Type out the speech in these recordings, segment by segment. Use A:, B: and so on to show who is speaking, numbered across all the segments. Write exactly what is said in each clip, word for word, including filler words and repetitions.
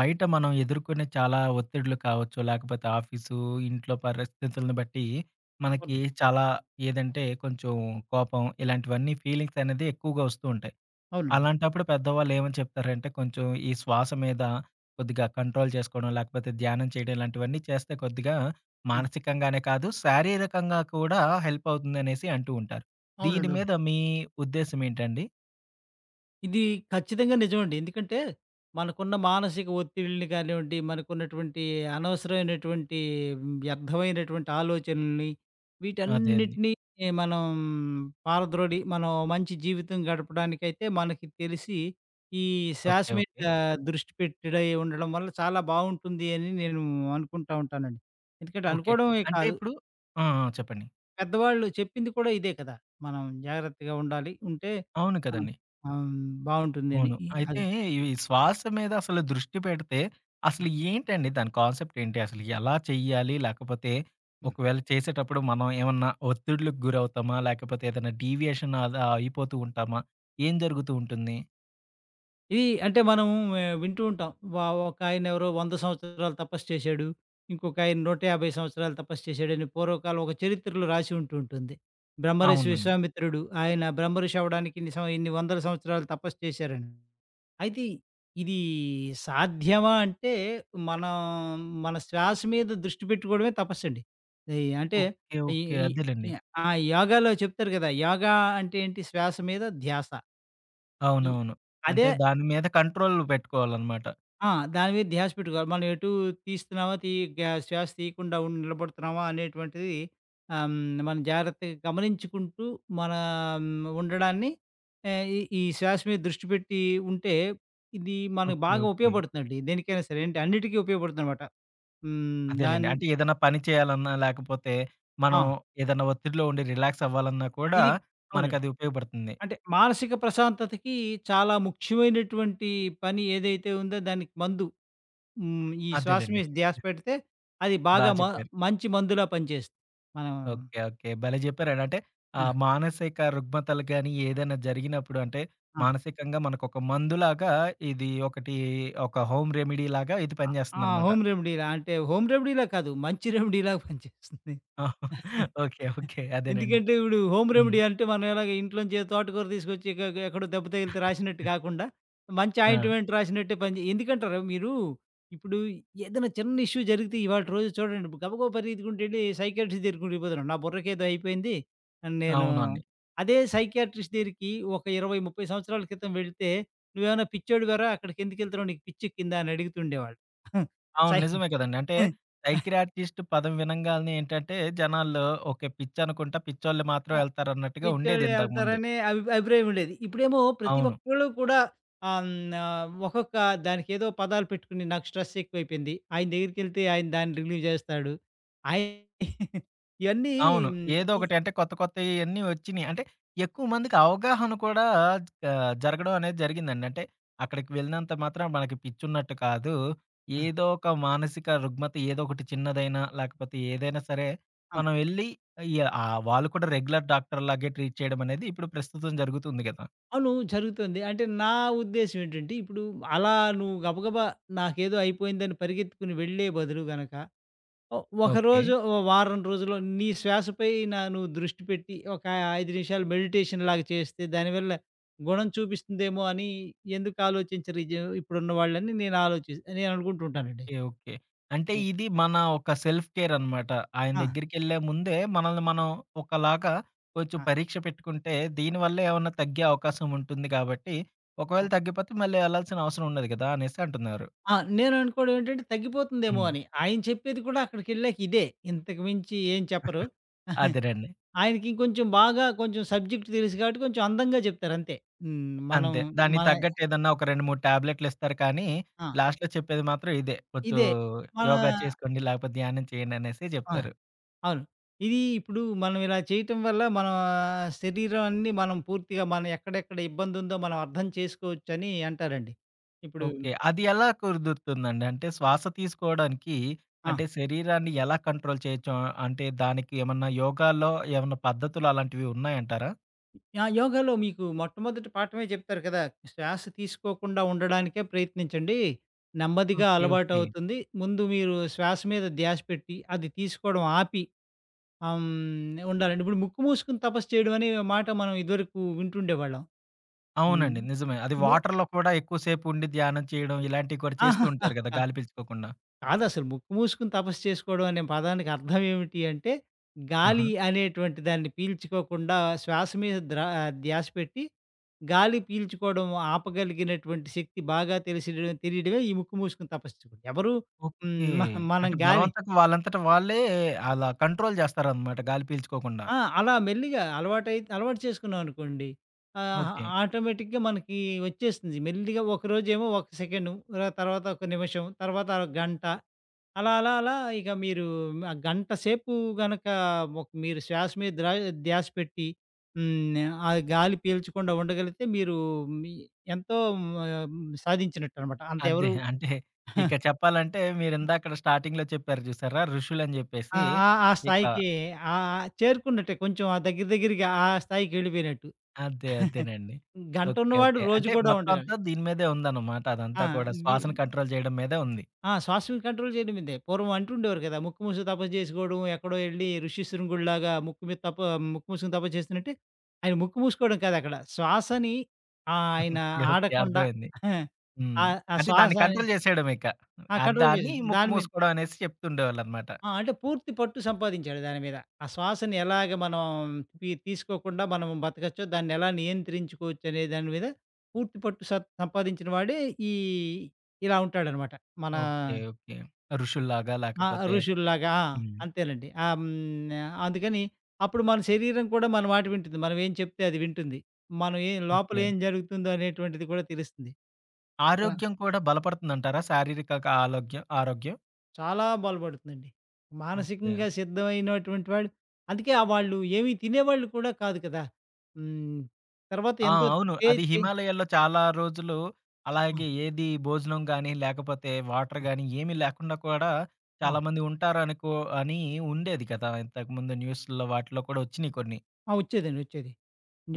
A: బయట మనం ఎదుర్కొనే చాలా ఒత్తిడులు కావచ్చు, లేకపోతే ఆఫీసు, ఇంట్లో పరిస్థితులను బట్టి మనకి
B: అవునండి.
A: చాలా ఏదంటే కొంచెం కోపం ఇలాంటివన్నీ ఫీలింగ్స్ అనేది ఎక్కువగా వస్తూ ఉంటాయి.
B: అవునండి.
A: అలాంటప్పుడు పెద్దవాళ్ళు ఏమని చెప్తారంటే కొంచెం ఈ శ్వాస మీద కొద్దిగా కంట్రోల్ చేసుకోవడం, లేకపోతే ధ్యానం చేయడం ఇలాంటివన్నీ చేస్తే కొద్దిగా
B: హ్మ్.
A: మానసికంగానే కాదు శారీరకంగా కూడా హెల్ప్ అవుతుందనేసి అంటూ ఉంటారు. దీని
B: అవునండి. అవును.
A: మీద మీ ఉద్దేశ్యం ఏంటండి?
B: ఇది ఖచ్చితంగా నిజమండి. ఎందుకంటే మనకున్న మానసిక ఒత్తిడిని కానివ్వండి, మనకున్నటువంటి అనవసరమైనటువంటి వ్యర్థమైనటువంటి ఆలోచనల్ని,
A: అదే అండి.
B: వీటన్నిటిని మనం పారద్రోలి మనం మంచి జీవితం గడపడానికైతే మనకి తెలిసి ఈ శ్వాస
A: ఓకే.
B: మీద
A: ఓకే.
B: దృష్టి పెట్టడై ఉండడం వల్ల చాలా బావుంటుంది అని నేను అనుకుంటా ఉంటానండి. ఎందుకంటే
A: ఓకే.
B: అనుకోవడమే
A: అంటే
B: కాదు,
A: ఇప్పుడు ఆ! ఆ! చెప్పండి.
B: పెద్దవాళ్ళు చెప్పింది కూడా ఇదే కదా! మనం జాగ్రత్తగా ఉండాలి. ఉంటే
A: అవును
B: ఆహ్,
A: కదండీ.
B: ఆహ్, బావుంటుందని.
A: అవును.
B: ఈ
A: అయితే
B: అదే.
A: ఇవి శ్వాస మీద అసలు దృష్టి పెడితే అసలు
B: హ్మ్.
A: ఏంటండి దాని కాన్సెప్ట్ ఏంటి? అసలు ఎలా చెయ్యాలి? లేకపోతే ఒకవేళ చేసేటప్పుడు మనం ఏమన్నా ఒత్తిడులకు గురవుతామా? లేకపోతే ఏదైనా డీవియేషన్ అలా అయిపోతూ ఉంటామా? ఏం జరుగుతూ ఉంటుంది?
B: ఇది అంటే మనం ఆహ్, వింటూ ఉంటాం. వ ఒకాయన ఎవరో వంద సంవత్సరాలు తపస్సు చేశాడు. ఇంకొకాయన నూట యాభై సంవత్సరాలు తపస్సు చేశాడని పూర్వకాలం ఒక చరిత్రలో రాసి ఉంటూ ఉంటుంది. బ్రహ్మర్షి
A: అవునండి.
B: విశ్వామిత్రుడు ఆయన బ్రహ్మర్షి అవ్వడానికి ఇన్ని సం ఇన్ని వందల సంవత్సరాలు తపస్సు చేశారని. అయితే ఇది సాధ్యమా అంటే మనం మన శ్వాస మీద దృష్టి పెట్టుకోవడమే తపస్సండి. ఈ అంటే
A: ఓకే.
B: ఈ
A: ఓకే.
B: ఈ
A: అదేలెండి.
B: ఈ ఆ! యోగాలో చెప్తారు కదా! యోగా అంటే ఏంటి? శ్వాస మీద ధ్యాస. ఈ
A: అవునవును.
B: అదే
A: అంటే దాని మీద కంట్రోల్ పెట్టుకోవాలనమాట.
B: ఆ! దాని మీద ధ్యాస పెట్టుకోవాలి. మనం ఎటు తీస్తున్నామా, తీ గ్యా శ్వాస తీయకుండా ఉండి నిలబడుతున్నామా అనేటువంటిది ఆహ్, హ్మ్, మనం జాగ్రత్తగా గమనించుకుంటూ మన హ్మ్, ఉండడాన్ని, ఆహ్, ఈ ఈ శ్వాస మీద దృష్టి పెట్టి ఉంటే, ఇది మనకు
A: ఓకే.
B: బాగా
A: ఓకే.
B: ఉపయోగపడుతుందండి. దేనికైనా సరే, ఏంటి, అన్నిటికీ ఉపయోగపడుతుందనమాట. హ్మ్,
A: అదేలెండి.
B: దాన్
A: అంటే ఏదైనా పని చేయాలన్నా, లేకపోతే మనం
B: ఆ!
A: ఏదైనా ఒత్తిడిలో ఉండి రిలాక్స్ అవ్వాలన్నా కూడా
B: ఇది అవునండి.
A: మనకది ఉపయోగపడుతుంది.
B: అంటే మానసిక ప్రశాంతతకి చాలా ముఖ్యమైనటువంటి పని ఏదైతే ఉందో దానికి మందు. హ్మ్. ఈ శ్వాస
A: అదేలెండి.
B: మీద ధ్యాస పెడితే అది
A: బా
B: బాగా మ
A: చెప్పారు.
B: మంచి మందులా పనిచేస్తుంది. మనం
A: ఓకే. ఓకే. భలే చెప్పారండి. అంటే
B: ఆ!
A: ఆహ్, మానసిక రుగ్మతలు గాని, ఏదైనా జరిగినప్పుడు అంటే
B: ఆ!
A: మానసికంగా మనకొక మందులాగా ఇది ఒకటి ఒక హోమ్ రెమెడీలాగా ఇది
B: ఆ! ఆ,
A: పనిచేస్తుందనమాట.
B: హోమ్ రెమెడీలా అంటే హోమ్ రెమెడీలా కాదు. మంచి రెమెడీలాగా పనిచేస్తుంది.
A: ఓకే. ఓకే. అదేనండి.
B: ఎందుకంటే ఇప్పుడు హోమ్
A: హ్మ్.
B: రెమెడీ అంటే మనం ఎలాగ ఇంట్లోంచి ఏదో తోటకూర తీసుకొచ్చి ఎక్క ఎక్కడో దెబ్బ తగిలితే రాసినట్టు కాకుండా, మంచి
A: ఆ!
B: ఆయింట్‌మెంట్ రాసినట్టే పనిజే ఎందుకంటారా మీరు? ఇప్పుడు ఏదైనా చిన్న ఇష్యూ జరిగితే ఇవాళ రోజు చూడండి, గబగబా పరిగెత్తుకుంటూ ఎళ్లి సైకియాట్రిస్ట్ దగ్గరికి వెళ్ళిపోతున్నాను, నా బుర్రకేదో అయిపోయింది అని. నేను
A: అవునండి.
B: అదే సైకియాట్రిస్ట్ దగ్గరికి ఒక ఇరవై, ముప్పై సంవత్సరాల క్రితం వెళితే, "నువ్వేమైనా పిచ్చోడివారా? అక్కడికెందుకెళ్తున్నావు? నీకు పిచ్చెక్కిందా?" అని అడుగుతుండేవాళ్ళు.
A: అవును.
B: సై
A: నిజమే కదండీ. అంటే సైకియాట్రిస్ట్ పదం వినంగాల్నే ఏంటంటే జనాల్లో ఓకే. పిచ్చనుకుంటా పిచ్చోళ్ళు మాత్రం ఎళ్తారన్నట్టుగా ఉండేది
B: పిచ్చోళ్ళే
A: ఇంతకుముందు.
B: ఎళ్తారని అభి అభిప్రాయం ఉండేది. ఇప్పుడేమో ప్రతి
A: అవును.
B: ఒక్కళ్ళు కూడా ఆహ్, హ్మ్, ఆహ్, ఒక్కొక్క దానికేదో పదాలు పెట్టుకుని, నాకు స్ట్రెస్ ఎక్కువైపోయింది, ఆయన దగ్గరికెళ్తే ఆయన దాన్ని రిలీవ్ జేస్తాడు. ఆయ ఇయన్నీ
A: అవును.
B: హ్మ్,
A: ఏదో
B: ఈ
A: ఒకటి అంటే కొత్త కొత్తయన్నీ వచ్చినియి. అంటే ఎక్కువ మందికి అవగాహన కూడా ఆహ్, జరగడం అనేది జరిగిందండి. అంటే అక్కడికి వెళ్ళినంత మాత్రాన మనకి పిచ్చున్నట్టు కాదు.
B: ఆ!
A: ఏదో ఒక మానసిక రుగ్మత ఏదో ఒకటి చిన్నదైనా లేకపోతే ఏదైనా సరే
B: ఆ!
A: మనం ఎళ్లి ఆహ్, వాళ్ళు కూడా రెగ్యులర్ డాక్టర్‌లాగే ట్రీట్ చేయడం అనేది ఇప్పుడు ప్రస్తుతం జరుగుతుంది గదా!
B: అవును, జరుగుతుంది. అంటే నా ఉద్దేశ్యం ఏంటంటే, ఇప్పుడు అలా నువ్వు గబగబా నాకేదో అయిపోయిందని పరిగెత్తుకుని వెళ్ళే బదులు గనక ఒ
A: ఓకే.
B: ఒకరోజు, ఓ వారం రోజుల్లో నీ శ్వాసపైన నువ్వు దృష్టి పెట్టి, ఒక ఐదు నిమిషాలు మెడిటేషన్‌లాగా చేస్తే, దానివల్ల గుణం చూపిస్తుందేమో అని ఎందుకు ఆలోచించరు? ఇజు ఇప్పుడున్న వాళ్ళని నేను ఆలోచి నేను అనుకుంటూ ఉంటానండి.
A: ఓకే. ఓకే. అంటే
B: ఎ
A: ఇది మన ఒక సెల్ఫ్ కేర్ అనమాట. ఆయన
B: ఆ!
A: దగ్గరికెళ్ళే ముందే మనల్ని మనం ఒకలాగా కొంచెం
B: ఆ!
A: పరీక్ష పెట్టుకుంటే దీనివల్ల ఏమన్నా తగ్గే అవకాశం ఉంటుంది కాబట్టి, ఒకవేళ
B: ఆ!
A: తగ్గిపోతే మళ్ళీ ఎళ్ళాల్సిన అవసరం ఉండదు కదా! అనేసి అంటున్నారు.
B: ఆ! నేను అనుకోవడం ఏంటంటే, తగ్గిపోతుందేమో
A: హ్మ్.
B: అని. ఆయన చెప్పేది కూడా అక్కడికెళ్ళాక ఇదే. ఇంతకు మించి ఏం చెప్పరు.
A: అదేనండి.
B: ఆయనకి ఇంకొంచెం బాగా కొంచెం సబ్జెక్ట్ తెలుసు కాబట్టి, కొంచెం అందంగా చెప్తారు, అంతే. హ్మ్. మనం
A: అంతే. దానికి
B: మన
A: తగ్గట్టు ఏదన్నా ఒక రెండు, మూడు టాబ్లెట్‌లు ఇస్తారు కానీ,
B: ఆ!
A: లాస్ట్‌లో చెప్పేది మాత్రం ఇదే. కొంచెం
B: ఇదే. మన
A: యోగా చేసుకోండి, లేకపోతే ధ్యానం చేయండి అనేసి
B: ఆ!
A: చెప్తారు.
B: అవును. ఇది ఇప్పుడు మనం ఇలా చేయటం వల్ల మన శరీరాన్ని మనం పూర్తిగా, మనం ఎక్కడెక్కడ ఇబ్బందుందో మనం అర్థం చేసుకోవచ్చని అంటారండి. ఇప్పుడు
A: ఓకే. అది ఎలా కుదురుతుందండి? అంటే శ్వాస తీసుకోవడానికి
B: ఆ!
A: అంటే శరీరాన్ని ఎలా కంట్రోల్ చేయొచ్చు? ఆహ్, అంటే దానికి ఏమన్నా యోగాలో ఏమన్నా పద్ధతులు అలాంటివి ఉన్నాయంటారా?
B: ఆ! యోగాలో మీకు మొట్టమొదటి పాఠమే చెప్తారు కదా! శ్వాస తీసుకోకుండా ఉండడానికే ప్రయత్నించండి. నెమ్మదిగా
A: ఓకే. ఓకే.
B: అలవాటవుతుంది. ముందు మీరు శ్వాస మీద ధ్యాస పెట్టి అది తీసుకోవడం ఆపి ఆహ్, హ్మ్, ఉండాలండి. ఇప్పుడు ముక్కు మూసుకొని తపస్సు చేయడం అనే మాట మనం ఇదివరకు వింటుండేవాళ్ళం. హ్మ్.
A: అవునండి. నిజమే. అది
B: ము
A: వాటర్‌లో కూడా ఎక్కువ సేపు ఉండి ధ్యానం చేయడం ఇలాంటివి కూడా చేస్తూ ఉంటారు కదా!
B: ఆహాహా.
A: గాలి పీల్చుకోకుండా.
B: కాదసలు. ముక్కు మూసుకొని తపస్సు చేసుకోవడం అనే పదానికి అర్థం ఏమిటి అంటే,
A: ఆహా!
B: గాలి అనేటువంటి దాన్ని పీల్చుకోకుండా శ్వాస మీద ద్రా ధ్యాస పెట్టి, గాలి పీల్చుకోవడం ఆపగలిగినటువంటి శక్తి బాగా తెలిసి తెలియడమే ఈ ముక్కు మూసుకొని తపస్సు. ఎవరు హ్మ్.
A: ఓకే.
B: మ మనం
A: అంటే
B: గాలి
A: బలవంతంగా వాళ్ళంతట వాళ్ళే అలా కంట్రోల్ చేస్తారనమాట గాలి పీల్చుకోకుండా.
B: ఆ! అలా మెల్లిగా అలవాటై అలవాటు చేసుకున్నామనుకోండి, ఆహ్,
A: ఓకే.
B: ఆటోమేటిక్‌గా మనకి వచ్చేస్తుంది. మెల్లిగా ఒకరోజేమో ఒక సెకండు, ర తర్వాత ఒక నిమిషం, తర్వాత గంట. అలా, అలా, అలా ఇక మీరు ఆ గంట సేపు గనక ఒక మీరు శ్వాస మీద ద్రా ధ్యాస పెట్టి, హ్మ్, ఆ గాలి పీల్చకుండా ఉండగలిగితే మీరు మీ ఎంతో ఆహ్, సాధించినట్టనమాట. అంత
A: అదే.
B: ఎవరు
A: అంటే ఇక చెప్పాలంటే మీరిందాకడ స్టార్టింగ్‌లో చెప్పారు చూసారా? ఋషులని
B: ఆ!
A: చెప్పేసి
B: ఆ! ఆ
A: ఇక
B: స్థాయికి ఆహ్, చేరుకున్నట్టే, కొంచెం ఆ దగ్గర దగ్గరగా ఆ స్థాయికి వెళ్ళిపోయినట్టు.
A: అదే. అదేనండి.
B: గంట
A: ఓకే.
B: ఉన్నవాడు
A: ఓకే.
B: రోజు
A: అంటే
B: కూడా
A: మొత్తం
B: ఉండగలడు.
A: అంతా దీని మీదే ఉందన్నమాట.
B: ఆ!
A: అదంతా కూడా
B: వి
A: శ్వాసను కంట్రోల్ చేయడం మీదే ఉంది.
B: ఆ! శ్వాసని కంట్రోల్ చేయడం ఇదే. పూర్వం అంటుండేవారు కదా ముక్కు మూసుకు తపస్సు చేసుకోవడం! ఎక్కడో ఎళ్లి ఋషిశృంగుడిలాగా ముక్కు మీద తప ముక్కు మూసుకొని తపస్సు చేస్తున్నట్టే, ఆయన ముక్కు మూసుకోవడం కాదు అక్కడ. శ్వాసని ఆ
A: ఓకే.
B: ఆయన
A: ఓకే.
B: ఆడకుండా,
A: అర్థమైంది.
B: ఆ!
A: హ్మ్.
B: ఆ
A: అంటే దాన్ని
B: శ్వాస
A: కంట్రోల్ చేసేయడం ఇక.
B: ఆ!
A: ఆహ్,
B: కంట్రోల్
A: దాన్ని
B: చేసాం.
A: ముక్కు
B: దాని మీద
A: మూసుకోవడం అనేసి చెప్తుండేవాళ్ళన్నమాట.
B: ఆ! అంటే పూర్తి పట్టు సంపాదించాడు దాని మీద. ఆ శ్వాసని ఎలాగ మనం తీ తీసుకోకుండా మనం బతకచ్చో, దాన్నెలా నియంత్రించుకోవచ్చనే దాని మీద పూర్తి పట్టు స సంపాదించిన వాడే ఈ ఇలా ఉంటాడనమాట. మన
A: ఓకే. ఓకే. ఋషుల్లాగా
B: ఆ!
A: లేకపోతే
B: ఋషుల్లాగా. ఆ!
A: హ్మ్.
B: అంతేనండి. ఆహ్, హ్మ్. అందుకని అప్పుడు మన శరీరం కూడా మన మాట వింటుంది. మనం ఏం చెప్తే అది వింటుంది. మనం ఏం లోపల
A: ఓకే.
B: ఏం జరుగుతుందో అనేటువంటిది కూడా తెలుస్తుంది. అలా
A: ఆరోగ్యం కూడా బలపడుతుందంటారా? శారీరక ఆరోగ్యం ఆరోగ్యం?
B: చాలా బలపడుతుందండి.
A: ఓకే.
B: మానసికంగా సిద్ధమైనటువంటి వాడు, అందుకే ఆ వాళ్ళు ఏమి తినేవాళ్ళు కూడా కాదు కదా! హ్మ్. తర్వాత
A: ఆ!
B: ఎంతో
A: అవును.
B: తే
A: అది
B: తే
A: హిమాలయాల్లో చాలా రోజులు
B: ఆ!
A: అలాగే ఏది భోజనం గానీ, లేకపోతే వాటర్
B: ఆ!
A: గానీ ఏమీ లేకుండా కూడా
B: ఆ!
A: చాలామంది ఉంటారనుకో అని ఉండేది కదా! ఇంతకుముందు న్యూస్‌ల్లో వాటిలో కూడా వచ్చినియి కొన్ని.
B: ఆ! వచ్చేదండి. వచ్చేది.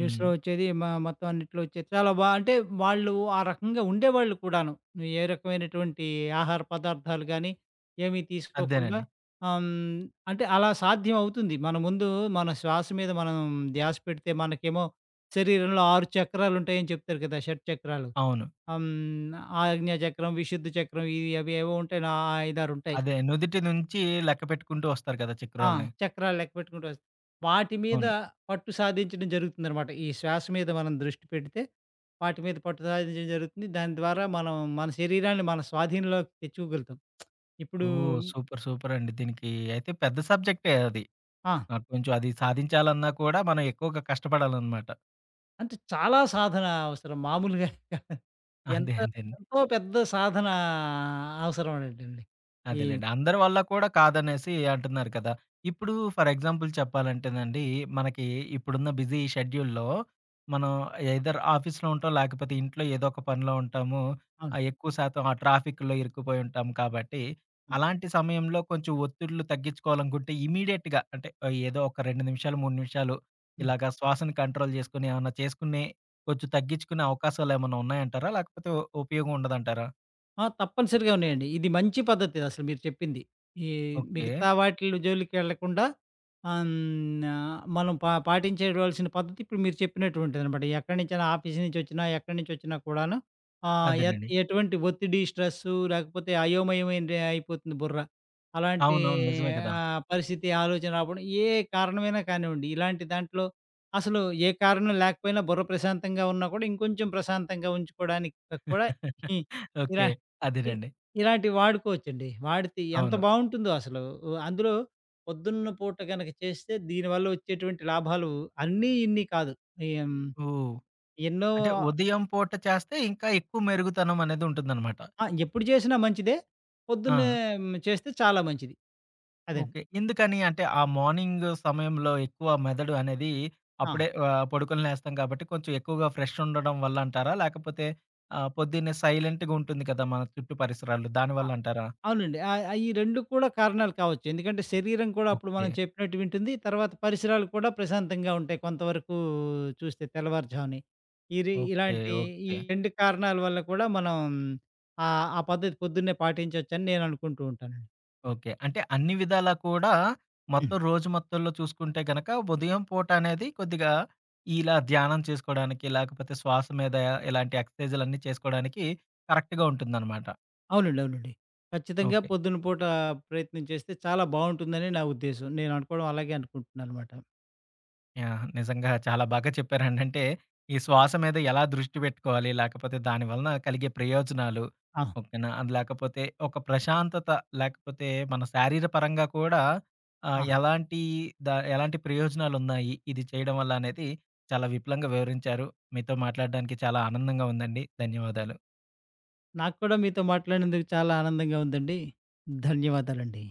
A: హ్మ్.
B: వచ్చేది. మ మొత్తం అన్నిట్లో వచ్చేది. చాలా బా అంటే వాళ్ళు ఆ రకంగా ఉండేవాళ్ళు కూడాను. నువ్వు ఏ రకమైనటువంటి ఆహార పదార్థాలు గానీ, ఏమీ తీసుకోకుండా
A: అదేనండి.
B: ఆహ్, హ్మ్. అంటే అలా సాధ్యం అవుతుంది. మన ముందు మన శ్వాస మీద మనం ధ్యాస పెడితే మనకేమో శరీరంలో ఆరు చక్రాలుంటాయని చెప్తారు కదా! షట్‌చక్రాలు.
A: అవును.
B: హ్మ్. ఆజ్ఞ చక్రం, విశుద్ధ చక్రం, ఇవి అవి ఏవో ఉంటాయి. నా ఐదు, ఆరు ఉంటాయి.
A: అదే నుదిటి నుంచి లెక్క పెట్టుకుంటూ వస్తారు కదా!
B: ఆ!
A: చక్రాల్ని.
B: చక్రాలు లెక్క పెట్టుకుంటూ వస్ వాటి మీద
A: అవును.
B: పట్టు సాధించడం జరుగుతుందనమాట. ఈ శ్వాస మీద మనం దృష్టి పెడితే, వాటి మీద పట్టు సాధించడం జరుగుతుంది. దాని ద్వారా మనం మన శరీరాన్ని మన స్వాధీనంలోకి తెచ్చుకోగలుగుతాం. ఇప్పుడు
A: ఓహ్! సూపర్, సూపర్ అండి. దీనికి అయితే పెద్ద సబ్జెక్టే అది.
B: ఆ!
A: నాకు కొంచెం అది సాధించాలన్నా కూడా మనం ఎక్కువగా కష్టపడాలనమాట.
B: అంటే చాలా సాధన అవసరం, మామూలుగా కాదు.
A: అదే.
B: ఎంత
A: అదే.
B: ఎంతో పెద్ద సాధన అవసరమనేటండి. ఈ
A: అదేలేండి. అందరి వల్ల కూడా కాదనేసి అంటున్నారు కదా! ఇప్పుడు ఫర్ ఎగ్జాంపుల్ చెప్పాలంటేనండి, మనకి ఇప్పుడున్న బిజీ షెడ్యూల్‌లో మనం ఎయిదర్ ఆఫీస్‌లో ఉంటాం, లేకపోతే ఇంట్లో ఏదో ఒక పనిలో ఉంటాము.
B: అవును.
A: ఆహ్, ఎక్కువ శాతం ఆ ట్రాఫిక్‌లో ఇరుక్కుపోయి ఉంటాం కాబట్టి,
B: హ్మ్.
A: అలాంటి సమయంలో కొంచెం ఒత్తిడులు తగ్గించుకోవాలనుకుంటే ఇమ్మీడియేట్‌గా అంటే ఏదో ఒక రెండు నిమిషాలు, మూడు నిమిషాలు
B: హ్మ్.
A: ఇలాగా శ్వాసను కంట్రోల్ చేసుకొని ఏమన్నా చేసుకునే కొంచెం తగ్గించుకునే అవకాశాలేమన్నా ఉన్నాయంటారా? లేకపోతే ఉపయోగం ఉండదంటారా?
B: ఆ! తప్పనిసరిగా ఉన్నాయండి. ఇది మంచి పద్ధతి అసలు మీరు చెప్పింది. ఈ
A: ఓకే.
B: మిగతా వాటిల జోలికెళ్ళకుండా ఆహ్, హ్మ్, ఆహ్, మనం పా పాటించేయవలసిన పద్ధతి ఇప్పుడు మీరు చెప్పినటువంటిదనమాట. ఎక్కడి నుంచైనా, ఆఫీస్ నుంచి వచ్చినా, ఎక్కడి నుంచి వచ్చినా కూడాను ఆహ్, ఎట్
A: అదేనండి.
B: ఎటువంటి ఒత్తిడి, స్ట్రెస్సు లేకపోతే అయోమయమైన అయిపోతుంది బుర్ర. అలాంటి
A: అవునవును. నిజమే కదా!
B: ఆహ్, పరిస్థితి, ఆలోచన రావడం ఏ కారణమైనా కానివ్వండి, ఇలాంటి దాంట్లో అసలు ఏ కారణం లేకపోయినా బుర్ర ప్రశాంతంగా ఉన్నా కూడా ఇంకొంచెం ప్రశాంతంగా ఉంచుకోవడానికి కూడా ఈ ఇలా
A: ఓకే.
B: ఇ
A: అదేనండి.
B: ఇలాంటివి వాడుకోవచ్చండి. వాడితే ఎంత
A: అవును.
B: బావుంటుందో అసలు. ఉ- అందులో పొద్దున్న పూట గనక చేస్తే దీనివల్ల వచ్చేటువంటి లాభాలు అన్నీ ఇన్ని కాదు. ఎం
A: ఓహ్!
B: ఎన్నో.
A: అంటే ఉదయం పూట చేస్తే ఇంకా ఎక్కువ మెరుగుతనం అనేది ఉంటుందనమాట.
B: ఆ! ఎప్పుడు చేసినా మంచిదే. పొద్దున్నే
A: ఆ!
B: మ్, చేస్తే చాలా మంచిది. అదండి.
A: ఓకే. ఎందుకని అంటే ఆ మార్నింగ్ సమయంలో ఎక్కువ మెదడు అనేది
B: ఆ!
A: అప్పుడే ఆహ్, పడుకొని లేస్తాం కాబట్టి కొంచెం ఎక్కువగా ఫ్రెష్ ఉండడం వల్ల అంటారా? లేకపోతే ఆహ్, పొద్దున్నే సైలెంట్‌గా ఉంటుంది కదా! మన చుట్టూ పరిసరాలు దానివల్ల అంటారా?
B: అవునండి. ఆహ్, ఆహ్, ఈ రెండు కూడా కారణాలు కావచ్చు. ఎందుకంటే శరీరం కూడా అప్పుడు
A: ఓకే.
B: మనం చెప్పినట్టు వింటుంది. తర్వాత పరిసరాలు కూడా ప్రశాంతంగా ఉంటాయి కొంతవరకు చూస్తే తెల్లవారుజాముని. ఇది
A: ఓకే.
B: ఇలాంటి ఈ
A: ఓకే.
B: రెండు కారణాల వల్ల కూడా మనం ఆహ్, ఆ పద్ధతి పొద్దున్నే పాటించొచ్చని నేను అనుకుంటూ ఉంటానండి.
A: ఓకే. అంటే అన్ని విధాలా కూడా మొత్తం
B: హ్మ్.
A: రోజు మొత్తంలో చూసుకుంటే గనక ఉదయం పూట అనేది కొద్దిగా ఇలా ధ్యానం చేసుకోవడానికి, లేకపోతే శ్వాస మీద ఇలాంటి ఎక్సర్సైజులన్నీ చేసుకోవడానికి కరెక్ట్‌గా ఉంటుందనమాట.
B: అవునండి. అవునండి. ఖచ్చితంగా
A: ఓకే.
B: పొద్దున పూట ప్రయత్నం చేస్తే చాలా బావుంటుందని నా ఉద్దేశం. నేను అనుకోవడం అలాగే అనుకుంటున్నాననమాట.
A: యాహ్! నిజంగా చాలా బాగా చెప్పారండి. అంటే ఈ శ్వాస మీద ఎలా దృష్టి పెట్టుకోవాలి? లేకపోతే దాని వలన కలిగే ప్రయోజనాలు
B: ఆ!
A: ఓకేనా? అది లేకపోతే ఒక ప్రశాంతత లేకపోతే మన శారీరపరంగా కూడా ఆహ్,
B: ఆ!
A: ఎలాంటి ద ఎలాంటి ప్రయోజనాలున్నాయి? ఇది చేయడం వల్ల అనేది చాలా విపులంగా వివరించారు. మీతో మాట్లాడడానికి చాలా ఆనందంగా ఉందండి. ధన్యవాదాలు.
B: నాకు కూడా మీతో మాట్లాడినందుకు చాలా ఆనందంగా ఉందండి. ధన్యవాదాలండి.